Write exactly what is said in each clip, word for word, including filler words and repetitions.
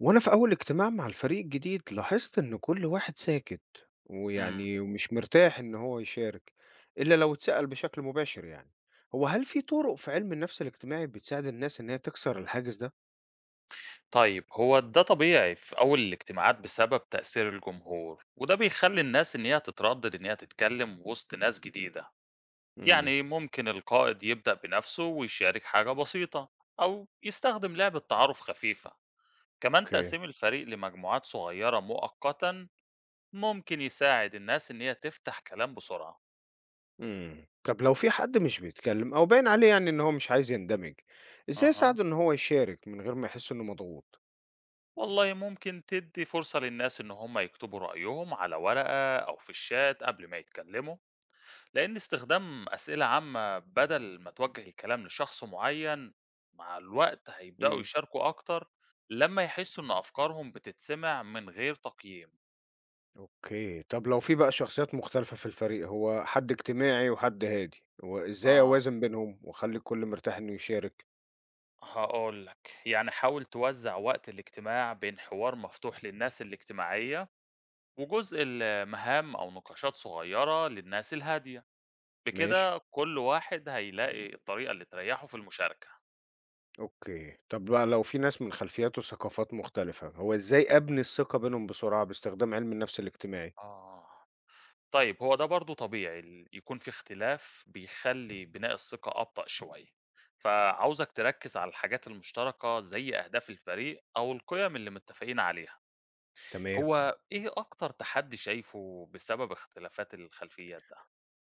وأنا في أول اجتماع مع الفريق الجديد لاحظت إن كل واحد ساكت إمم. ويعني ومش مرتاح إن هو يشارك إلا لو اتسأل بشكل مباشر يعني هو هل في طرق في علم النفس الاجتماعي بتساعد الناس إن هي تكسر الحاجز ده؟ طيب هو ده طبيعي في أول الاجتماعات بسبب تأثير الجمهور، وده بيخلّي الناس إن هي تتردد إن هي تتكلم وسط ناس جديدة، امم يعني ممكن القائد يبدأ بنفسه ويشارك حاجة بسيطة، أو يستخدم لعبة تعارف خفيفة، كمان أوكي. تقسيم الفريق لمجموعات صغيرة مؤقتًا ممكن يساعد الناس إن هي تفتح كلام بسرعة. امم طب لو في حد مش بيتكلم أو باين عليه يعني إن هو مش عايز يندمج، إزاي أها. أساعده إن هو يشارك من غير ما يحس إنه مضغوط؟ والله ممكن تدّي فرصة للناس إن هم يكتبوا رأيهم على ورقة أو في الشات قبل ما يتكلموا. لأن استخدام أسئلة عامة بدل ما توجه الكلام لشخص معين مع الوقت هيبدأوا يشاركوا أكتر لما يحسوا إن أفكارهم بتتسمع من غير تقييم. أوكي، طب لو في بقى شخصيات مختلفة في الفريق، هو حد اجتماعي وحد هادي، وإزاي آه، أوازن بينهم وأخلي الكل مرتاح إنه يشارك؟ هقول لك يعني حاول توزع وقت الاجتماع بين حوار مفتوح للناس الاجتماعية وجزء المهام أو نقاشات صغيرة للناس الهادية. ماشي، بكده كل واحد هيلاقي الطريقة اللي تريحه في المشاركة. أوكي، طب بقى لو في ناس من خلفيات وثقافات مختلفة، هو إزاي أبني الثقة بينهم بسرعة باستخدام علم النفس الاجتماعي؟ آه، طيب هو ده برضه طبيعي، ال يكون في اختلاف بيخلّي بناء الثقة أبطأ شوية، فعاوزك تركّز على الحاجات المشتركة زي أهداف الفريق أو القيم اللي متّفقين عليها، تمام. هو إيه أكتر تحدي شايفه بسبب اختلافات الخلفيات ده؟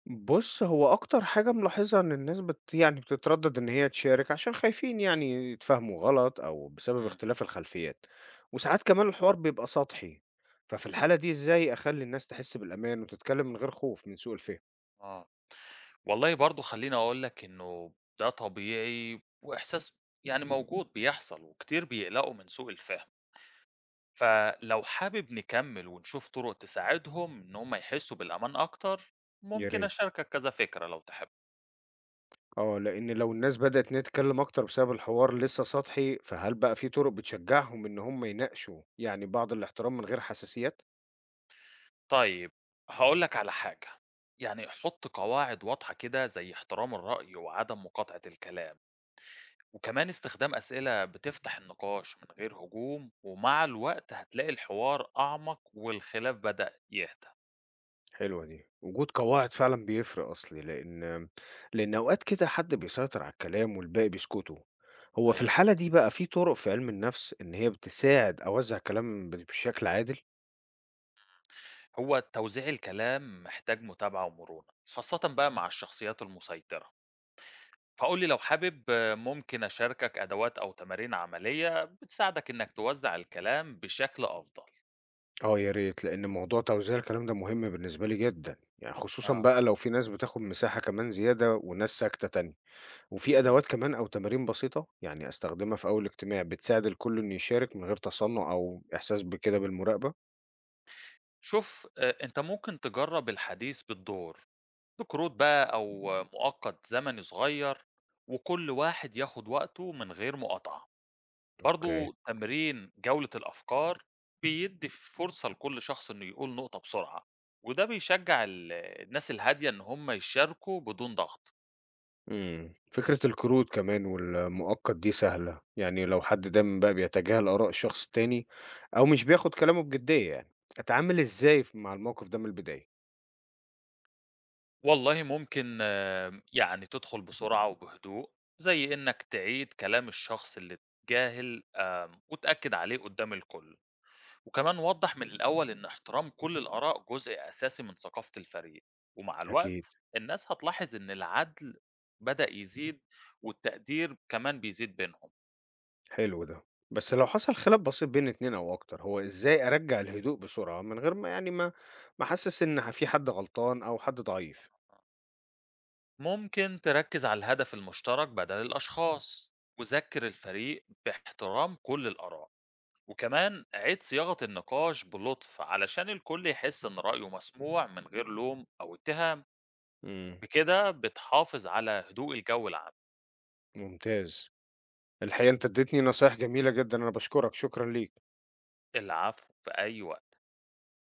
بُص، هو أكتر حاجة ملاحظها إن الناس بت يعني بتتردد إن هي تشارك عشان خايفين يعني يتفهموا غلط أو بسبب إمم، اختلاف الخلفيات، وساعات كمان الحوار بيبقى سطحي، ففي الحالة دي إزاي أخلّي الناس تحس بالأمان وتتكلم من غير خوف من سوء الفهم؟ آه، والله برضه خلّيني أقول لك إنه ده طبيعي وإحساس يعني موجود بيحصل وكتير بيقلقوا من سوء الفهم. فلو حابب نكمل ونشوف طرق تساعدهم إن هم يحسوا بالأمان أكتر يا ممكن ريت. أشاركك كذا فكرة لو تحب. آه، لإن لو الناس بدأت إن هي تتكلم أكتر بسبب الحوار لسه سطحي، فهل بقى في طرق بتشجعهم إن هم يناقشوا يعني بعض الاحترام من غير حساسيات؟ طيب، هقولك على حاجة، يعني حط قواعد واضحة كده زي احترام الرأي وعدم مقاطعة الكلام، وكمان استخدام أسئلة بتفتح النقاش من غير هجوم، ومع الوقت هتلاقي الحوار أعمق والخلاف بدأ يهدى. حلوة دي، وجود قواعد فعلًا بيفرق أصلي، لإن لإن أوقات كده حد بيسيطر على الكلام والباقي بيسكتوا، هو في أيوه، الحالة دي بقى في طرق في علم النفس إن هي بتساعد أوزّع الكلام ب بشكل عادل؟ هو توزيع الكلام محتاج متابعة ومرونة خاصة بقى مع الشخصيات المسيطرة، فقُل لي لو حابب. آه، ممكن أشاركك أدوات أو تمارين عملية بتساعدك إنك توزّع الكلام بشكل أفضل. آه يا ريت، لإن موضوع توزيع الكلام ده مهم بالنسبة لي جدًا، يعني خصوصًا بقى أها. لو في ناس بتاخد مساحة كمان زيادة وناس ساكتة تانية، وفي إمم. أدوات كمان أو تمارين بسيطة يعني أستخدمها في أول اجتماع بتساعد الكل إنه يشارك من غير تصنع أو إحساس بكده بالمراقبة؟ شوف أ أنت ممكن تجرّب الحديث بالدور، بكروت بقى أو آه، مؤقت زمني صغير وكل واحد ياخد وقته من غير مقاطعة. أوكي. برضه تمرين جولة الأفكار بيدّي فرصة لكل شخص إنه يقول نقطة بسرعة، وده بيشجّع ال الناس الهادية إن هم يشاركوا بدون ضغط. إمم. فكرة القروض كمان والمؤقت دي سهلة، يعني لو حد دايمًا بقى بيتجاهل آراء الشخص التاني أو مش بياخد كلامه بجدية يعني، أتعامل إزاي ف مع الموقف ده من البداية؟ والله ممكن، آآ، يعني تدخل بسرعة وبهدوء، زي إنك تعيد كلام الشخص اللي اتجاهل، آمم، وتأكد عليه قدّام الكل، وكمان وضّح من الأول إن احترام كل الآراء جزء أساسي من ثقافة الفريق، ومع أكيد، الوقت الناس هتلاحظ إن العدل بدأ يزيد والتقدير كمان بيزيد بينهم. حلو ده. بس لو حصل خلاف بسيط بين اتنين أو أكتر، هو إزاي أرجّع الهدوء بسرعة من غير ما يعني ما ما أحسّس إن ح في حد غلطان أو حد ضعيف؟ ممكن تركز على الهدف المشترك بدل الأشخاص، وذكّر الفريق باحترام كل الآراء. وكمان عيد صياغة النقاش بلطف علشان الكل يحس إن رأيه مسموع من غير لوم أو اتهام. إمم، بكده بتحافظ على هدوء الجو العام. ممتاز. الحقيقة أنت ادّيتني نصايح جميلة جدًا، أنا باشكرك، شكرًا ليك. العفو، في أي وقت.